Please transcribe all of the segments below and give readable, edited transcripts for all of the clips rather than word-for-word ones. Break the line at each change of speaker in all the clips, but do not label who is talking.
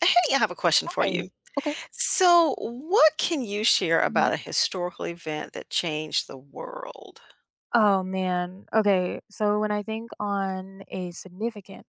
Hey, I have a question for
Hi.
you.
Okay.
So, what can you share
Mhm.
about a historical event that changed the world?
Oh man. Okay. So when I think on a significant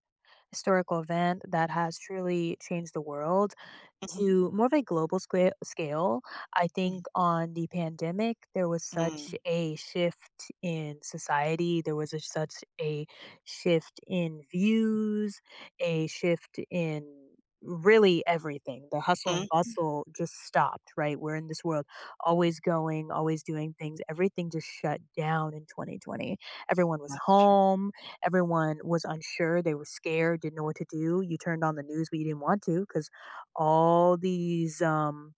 historical event that has truly changed the world,
Mhm,
to more of a global scale, I
mhm,
think on the pandemic, there was such
mm,
a shift in society. There was such a shift in views, a shift in really everything. The hustle and
mhm.
bustle just stopped, right? We're in this world always going, always doing things. Everything just shut down in 2020. Everyone was
That's true.
home. Everyone was unsure. They were scared, didn't know what to do. You turned on the news, but you didn't want to because all these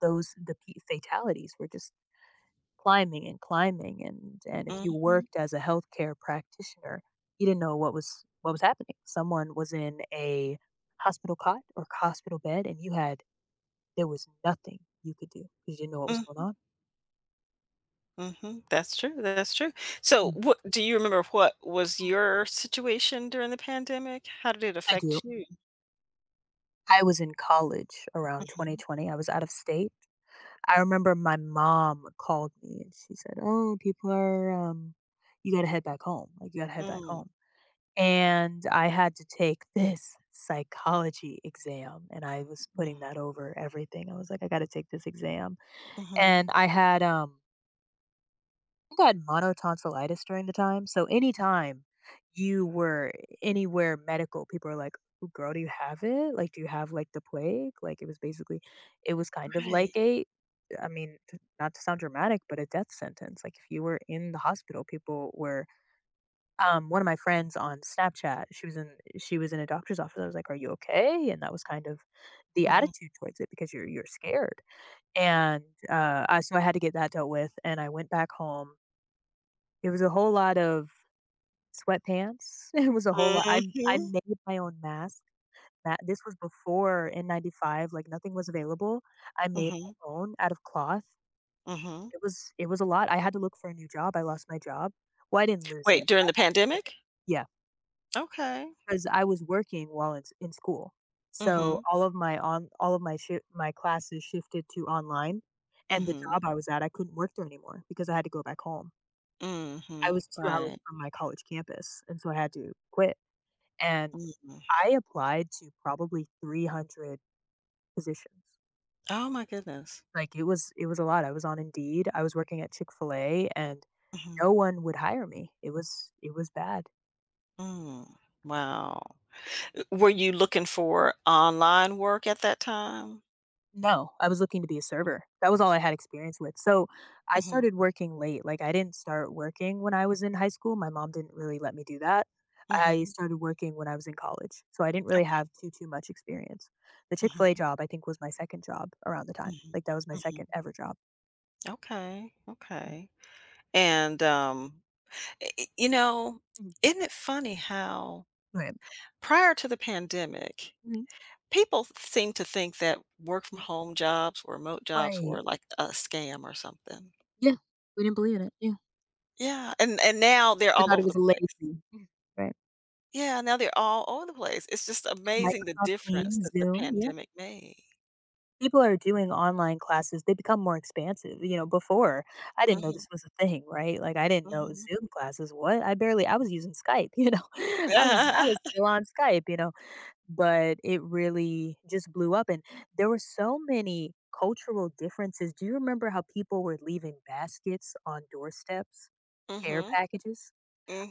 fatalities were just climbing and climbing, and if you
Mhm,
worked as a healthcare practitioner, you didn't know what was happening. Someone was in a hospital cot or hospital bed, and you had, there was nothing you could do because you didn't know what was going
mhm,
on.
mhm. That's true, that's true. So,
Mm.
what do you remember what was
Mm.
your situation during the pandemic? How did it
I do.
affect you?
I was in college around
Mhm,
2020. I was out of state. I remember my mom called me and she said, "Oh, people are you got to head back home. Like you got to head back
mm,
home." And I had to take this psychology exam, and I was putting
mm,
that over everything. I was like, "I gotta take this exam."
mhm.
And I had, I think I had monotonsillitis during the time, so anytime you were anywhere medical, people are like, "Ooh, girl, do you have it? Like, do you have, like, the plague?" Like, it was basically it was kind of like
Right.
a, I mean, t not to sound dramatic, but a death sentence. Like, if you were in the hospital, people were, one of my friends on Snapchat, she was in, she was in a doctor's office. I was like, "Are you okay?" And that was kind of the
Mhm.
attitude towards it because you're scared. And so I had to get that dealt with, and I went back home. It was a whole lot of sweatpants. It was a whole lot. I
Mhm,
made my own mask. That this was before N95, like nothing was available. I made
mhm,
my own out of cloth.
mhm.
It was a lot. I had to look for a new job. I lost my job. Well, I didn't lose it.
Wait,
I
during the
quit it.
pandemic?
Yeah.
Okay.
'Cause I was working while it's in school. So,
Mhm,
all of my shi my classes shifted to online, and the
mhm.
job I was at, I couldn't work there anymore because I had to go back home.
Mm.
I
Mhm.
was 2 hours
Right.
from my college campus, and so I had to quit, and
Mhm.
I applied to probably 300 positions.
Oh my goodness.
Like, it was a lot. I was on Indeed, I was working at Chick-fil-A, and no
Mhm.
one would hire me. It was bad.
Mm. Wow. Were you looking for online work at that time?
No, I was looking to be a server. That was all I had experience with. So I
Mm. Mhm.
started working late. Like I didn't start working when I was in high school. My mom didn't really let me do that.
Mm.
I
Mhm.
started working when I was in college. So I didn't really
Okay.
have too much experience. The Chick-fil-A
Mhm.
job I think was my second job around the time.
Mhm.
Like that was my
Mhm.
second ever job.
Okay.
Mhm,
Okay. And i- i- you know,
mhm,
isn't it funny how
right.
prior to the pandemic,
Mhm,
people seemed to think that work from
mhm,
home jobs or remote jobs
right.
were like a scam or something.
Yeah. We didn't believe in it. Yeah.
Yeah, and now they're
We
all
thought it
over
was
the place.
lazy. Mhm, right.
Yeah, now they're all over the place. It's just
Yeah,
amazing the
Microsoft
difference
Teams,
that the
Zoom. Yeah.
pandemic made.
People are doing online classes, they become more expansive. You know, before I didn't know
Mhm,
this was a thing, right? Like I didn't know
mhm.
Zoom classes. What? I barely, I was using Skype, you know. I was still on Skype, you know, but it really just blew up, and there were so many cultural differences. Do you remember how people were leaving baskets on doorsteps, care
Mhm,
packages?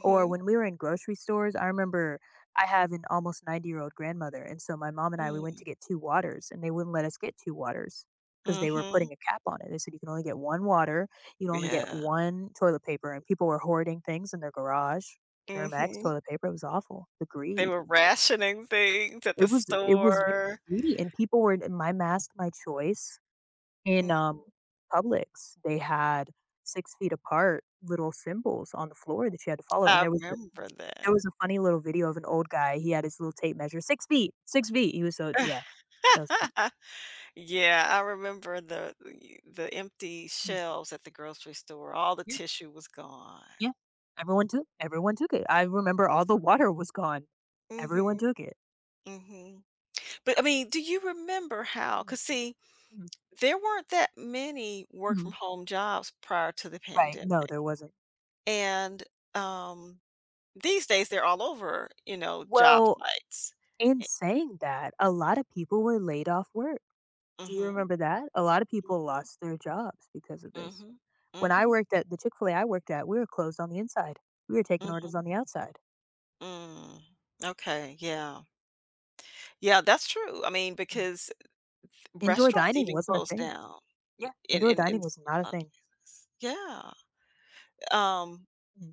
Or when we were in grocery stores, I remember I have an almost 90-year-old grandmother, and so my mom and I, we went
mm,
to get 2 waters, and they wouldn't let us get 2 waters because they were
mhm,
putting a cap on it. They said, "You can only get 1 water, you can only get
yeah,
1 toilet paper," and people were hoarding things in their garage. Duramax
mhm.
toilet paper, it was awful. The
They
greed.
were rationing things at
It
the
was it was very
store.
greedy, and people were in my mask, my choice in,
Mhm,
Publix, they had 6 feet apart little symbols on the floor that you had to follow, and
I
there was,
remember
there
that.
was a funny little video of an old guy, he had his little tape measure, 6 feet, 6 feet, he was so, yeah, that was funny.
Yeah, I remember the empty
Mm,
shelves at the grocery store, all the
yeah,
tissue was gone.
yeah. Everyone took it. I remember all the water was gone. Everyone
Mhm,
took it.
mhm. But, I mean, do you remember how?
Mm,
Cause see
mhm,
there weren't that many work
mhm.
from home jobs prior to the
Right, no,
pandemic,
there wasn't.
and, um, these days, they're all over, job
Well,
sites.
in
Eh
saying that, a lot of people were laid off work. Do you
mhm,
remember that? A lot of people lost their jobs because of this.
mhm,
When I
mhm,
worked at the Chick-fil-A I worked at, we were closed on the inside. We were taking
mhm,
orders on
mhm,
the outside.
mm. Okay, yeah. Yeah, that's true, I mean, because
Indoor
restaurants
dining
even
wasn't a
closed
thing.
down
Yeah,
in
indoor
in in
dining was not a
some.
thing.
Yeah, um,
Mhm.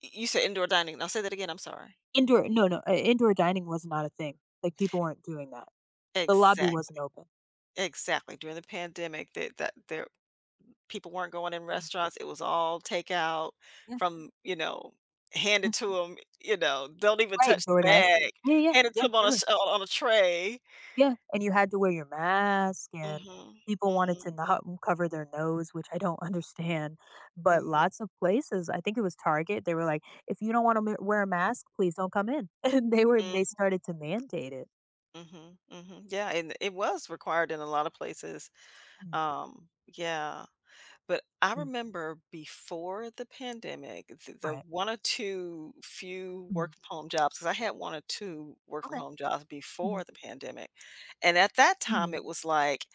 you said indoor dining. I'll say that again, I'm sorry.
Indoor, no, no, indoor dining was not a thing, like, people weren't doing that. The lobby wasn't
Exactly,
open.
exactly, during the pandemic, that that there people weren't going in
Mm,
restaurants. It was all takeout
yeah,
from,
yeah,
handed to them, don't even
right,
touch the
DoorDash.
bag,
Yeah, yeah,
handed to
yeah,
them on a
truly,
s on a tray.
yeah, and you had to wear your mask,
Mm.
and
Mhm.
people wanted to
Mhm.
not w cover their nose, which I don't understand, but
Mhm.
lots of places, I think it was Target, they were like, "If you don't wanna wear a mask, please don't come in," and
Mm.
they started to mandate it.
Mhm. Mm. Mhm. Yeah, and it was required in a lot of places.
Mm,
Yeah. But I
mm,
remember before the pandemic, the
right,
one or two few
mhm,
work from home jobs, because I had one or two work from
okay,
home jobs
mhm,
before the pandemic. And at that time,
mhm,
it was like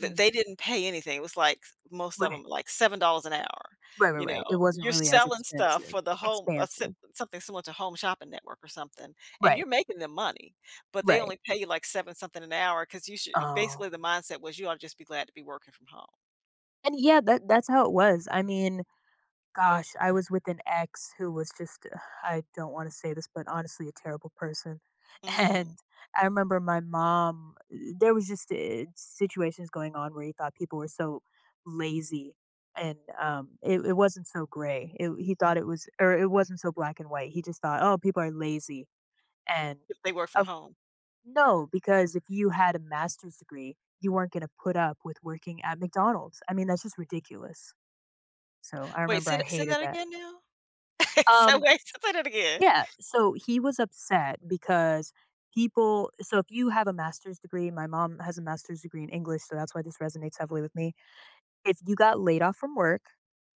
they didn't pay anything. It was like most of them,
right.
like $7 an hour.
Right, right,
You
right. It
know,
wasn't
you're
really as
selling stuff
expensive
for the home,
expansive.
something similar to Home Shopping Network or something, and
Right,
you're making them money, but they
right.
only pay you like seven something an hour because you should
Oh.
basically the mindset was you ought to just be glad to be working from home.
And yeah, that that's how it was. I mean, gosh, I was with an ex who was just I don't wanna say this, but honestly a terrible person.
Mm.
And I remember my mom, there was just, situations going on where he thought people were so lazy and, it wasn't so gray. It he thought it was, or it wasn't so black and white. He just thought, "Oh, people are lazy." And
They work from
of
home.
no, because if you had a master's degree, you weren't going to put up with working at McDonald's. I mean, that's just ridiculous. So I
Wait,
remember
say
I
that say
hated
that
that.
again now? So
Um,
wait, so say that again.
yeah. So he was upset because people. So if you have a master's degree, my mom has a master's degree in English, so that's why this resonates heavily with me. If you got laid off from work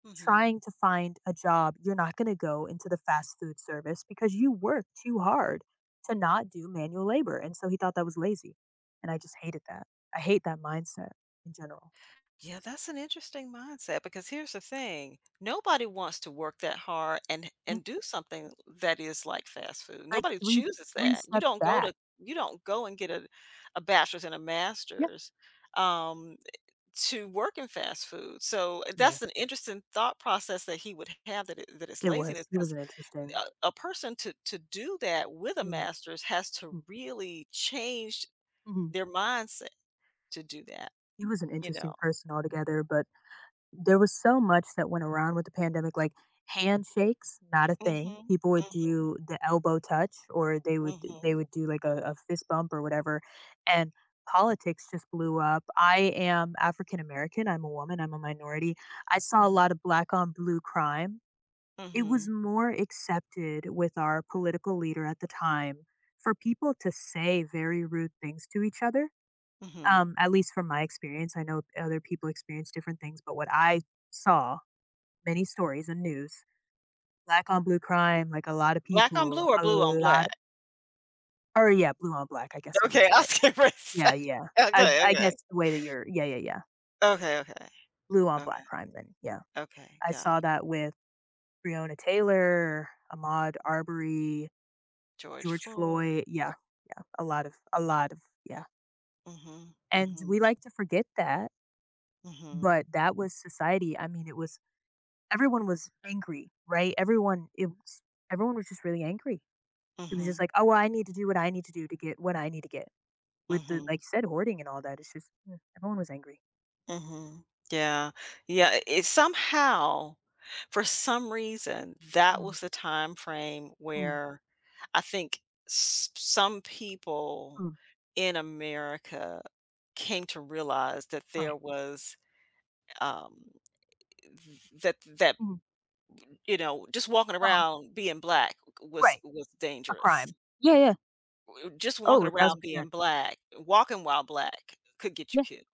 Mhm.
trying to find a job, you're not going to go into the fast food service because you work too hard to not do manual labor. And so he thought that was lazy. And I just hated that. I hate that mindset in general.
Yeah, that's an interesting mindset because here's the thing, nobody wants to work that hard and
Yeah.
and do something that is like fast food.
Like
Nobody chooses
three
that.
steps back.
You don't go and get a bachelor's and a
Yeah.
master's, um, to work in fast food. So,
Yeah,
that's an interesting thought process that he would have that it's
it was.
laziness
He was
'cause
an interesting.
a person to do that with a
Mm,
master's has to
mm,
really change
mm-hmm.
their mindset to do that
He was an
you know
interesting person altogether, but there was so much that went around with the pandemic, like handshakes, not a thing.
mhm,
People would
mhm,
do the elbow touch, or they
mhm,
would do like a fist bump or whatever. And politics just blew up. I am African American. I'm a woman. I'm a minority. I saw a lot of black on blue crime. It was
mhm,
more accepted with our political leader at the time for people to say very rude things to each other,
mhm.
at least from my experience, I know other people experience different things, but what I saw, many stories and news, black on blue crime, like a lot of
Black on
people,
blue or
a
blue on
lot,
black.
or yeah, blue on black, I guess I would
Okay, I
say.
was getting ready to say.
Yeah, yeah. I
Okay,
I
okay.
guess the way that you're, yeah, yeah, yeah.
Okay, okay.
Blue on black
Okay,
crime then. Yeah.
okay.
I
Got
saw
it.
that with Breonna Taylor, Ahmaud Arbery,
George
George
Floyd.
Floyd. Yeah. Yeah. A lot of yeah.
Mhm,
And
mhm,
we like to forget that,
mhm,
but that was society. I mean, it was, everyone was angry, right? Everyone, it was, everyone was just really angry. It was just
mhm,
like, "Oh, well, I need to do what I need to do to get what I need to get." With the, like
mhm.
you said, hoarding and all that, it's just, everyone was angry.
Mhm. Yeah. Yeah, I it somehow, for some reason, that
Mhm,
was the time frame
mm,
where I think s some people
mm,
in America came to realize that
right,
there was, um, th that that,
mhm,
you know, just walking
uh-huh,
around being black was
right,
was
a
dangerous.
crime. Yeah, yeah.
Just
Oh,
walking around being
1000%.
black, walking while black could get you
Yeah,
killed.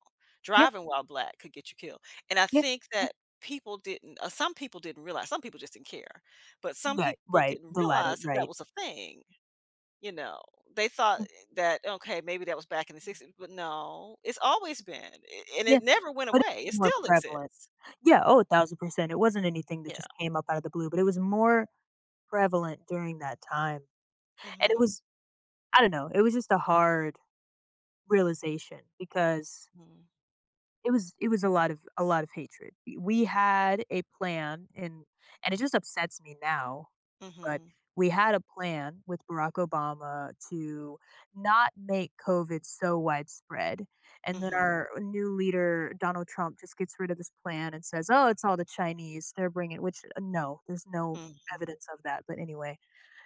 yeah,
Driving while black could get you killed, and I
yeah,
think
yeah.
that people didn't some people didn't realize some people just didn't care, but some
Right,
people
right,
didn't
the latter,
realize that that
right.
was a thing, you know? They thought
Mm,
that, "Okay, maybe that was back in the
mm,
'60s," but no, it's always been, a and
yeah,
it never went
but
away, it
it's more
still
prevalent.
exists.
Yeah, oh, 1000%. It wasn't anything that
Yeah.
just came up out of the blue, but it was more prevalent during that time, and it
Mm.
was, I don't know, it was just a hard realization because
Mhm,
it was a lot of hatred. We had a plan and it just upsets me now, but
Mm.
we had a plan with Barack Obama to not make COVID so widespread. And then
Mhm,
our new leader, Donald Trump, just gets rid of this plan and says, oh, it's all the Chinese. They're bringing, which no, there's no
Mm. Mhm, mhm,
evidence of that. But anyway,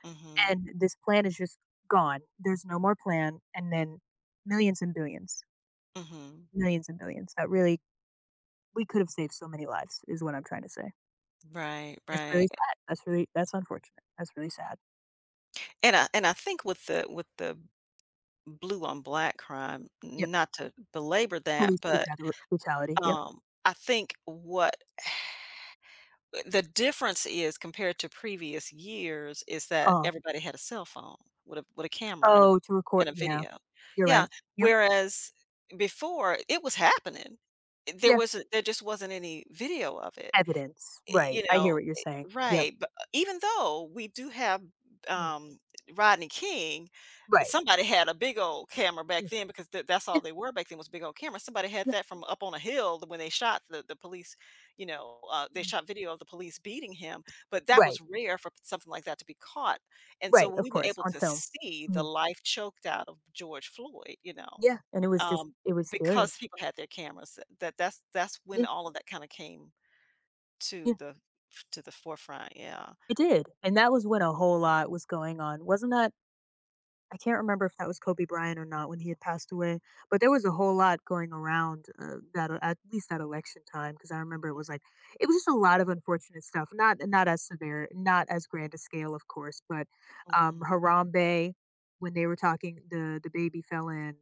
mhm,
and this plan is just gone. There's no more plan, and then millions and billions,
Mm. Mhm.
millions and billions that really we could have saved so many lives is what I'm trying to say.
Right,
It's really
right,
sad. That's really that's unfortunate. That's really sad.
and I think with the blue on black crime,
Yep.
not to belabor that,
Police
but
brutali brutality. Yep.
I think what the difference is compared to previous years is that
Oh,
everybody had a cell phone with a camera and a
oh, to record,
and a
yeah,
video.
you're
Yeah,
right. Yep.
whereas before it was happening. There
Yeah.
wasn't there just wasn't any video of it.
Evidence.
Eh,
Right.
you
I hear
know
what you're
eh,
saying. Yep.
right, but even though we do have,
Mm.
um, Rodney King,
Right.
somebody had a big old camera back
Mm.
then because th that's
Yeah,
all they were back then was big old cameras. Somebody had
yeah.
that from up on a hill when they shot the police, they
Mm.
shot video of the police beating him, but that
Right.
was rare for something like that to be caught, and so
Right,
when
of
we were
course,
able
on
to
film.
see the
Mhm.
life choked out of George Floyd,
Yeah, and
um,
it was scary.
because people had their cameras, that's when
Yeah,
all of that kinda came to
yeah.
the forefront, yeah.
It did, and that was when a whole lot was going on. Wasn't that I can't remember if that was Kobe Bryant or not when he had passed away, but there was a whole lot going around, that at least that election time because I remember it was, it was just a lot of unfortunate stuff, not not as severe, not as grand a scale, of course, but,
Mhm,
Harambe, when they were talking, the baby fell in,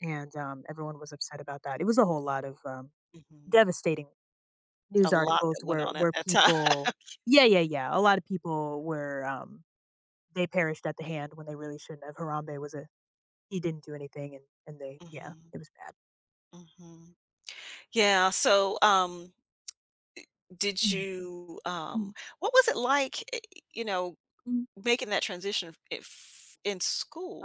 and, everyone was upset about that. It was a whole lot of,
mhm.
devastating
A
news
lot
articles
that went
where
on at that time.
people. Yeah, yeah, yeah, a lot of people were, they perished at the hand when they really shouldn't have. Harambe was a he didn't do anything and they yeah,
Mhm,
it was bad.
mhm. Yeah, so, did
Mm,
you,
mm,
um what was it like, you know,
mm.
making that transition if in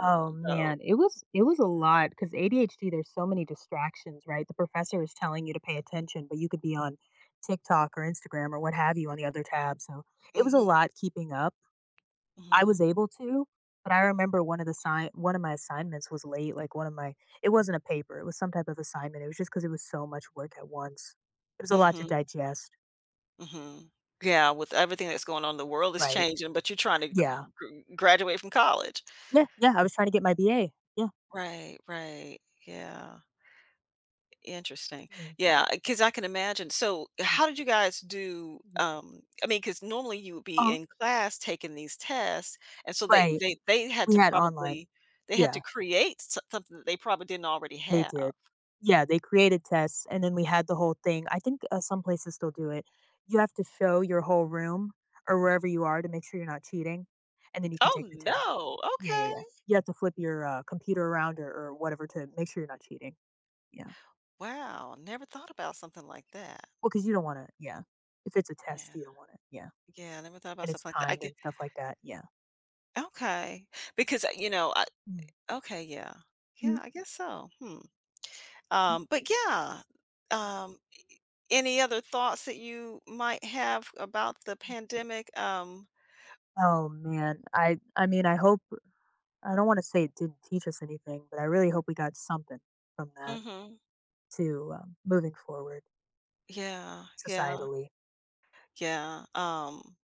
Oh,
though?
man, it was a lot because ADHD, there's so many distractions, right? The professor is telling you to pay attention, but you could be on TikTok or Instagram or what have you on the other tab, so it was a
Mhm,
lot keeping up. I was
mhm,
able to, but I remember one of my assignments was late, like, one of my it wasn't a paper, it was some type of assignment, it was just because it was so much work at once. It was a lot to
mhm,
digest.
mhm. Yeah, with everything that's going on, the world is
Right.
changing, but you're trying to gr
Yeah.
gr graduate from college.
Yeah, yeah, I was trying to get my BA. Yeah.
Right, right. Yeah. Interesting.
Mhm,
Yeah, because I can imagine. So,
mhm,
how did you guys do?
mhm.
I mean, because normally you would be
Uh,
in class taking these tests, and so
Right.
they had
We
to
had online.
probably they had
Yeah,
to create something that they probably didn't already
they
have.
did. Yeah, they created tests, and then we had the whole thing. I think, some places still do it. You have to show your whole room or wherever you are to make sure you're not cheating, and then you can
Oh
take the test.
no.
Yeah, yeah, yeah.
Okay.
You have to flip your, computer around or whatever to make sure you're not cheating. Yeah.
Wow. Never thought about something like that.
Well, because you don't wanna yeah. If it's a test,
Yeah.
you don't want it. Yeah.
Yeah. Never thought about
And it's
something like that. I
timed
get
and stuff like that. Yeah.
okay because you know. I,
Mhm.
okay. Yeah.
Mhm,
Yeah. I guess so. Hmm.
mm, mm,
But yeah.
mm.
Um. Any other thoughts that you might have about the pandemic? Um,
Oh man, I mean, I hope I don't want to say it didn't teach us anything, but I really hope we got something from that
mhm.
too, moving forward
Yeah, yeah,
societally.
yeah,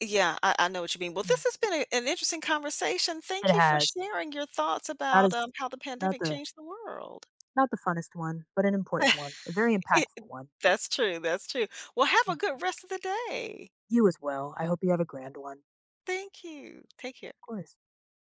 yeah, I know what you mean. Well,
Mm.
this has been a an interesting conversation.
It
Thank you for
has
sharing your thoughts
not
about,
as
how the
not
pandemic
the
changed the world.
not the funnest one, but an important one, a very
It
impactful one.
That's true, that's true. Well, have
Mm.
a good rest of the day.
You as well. I hope you have a grand one.
Thank you. Take care.
Of course.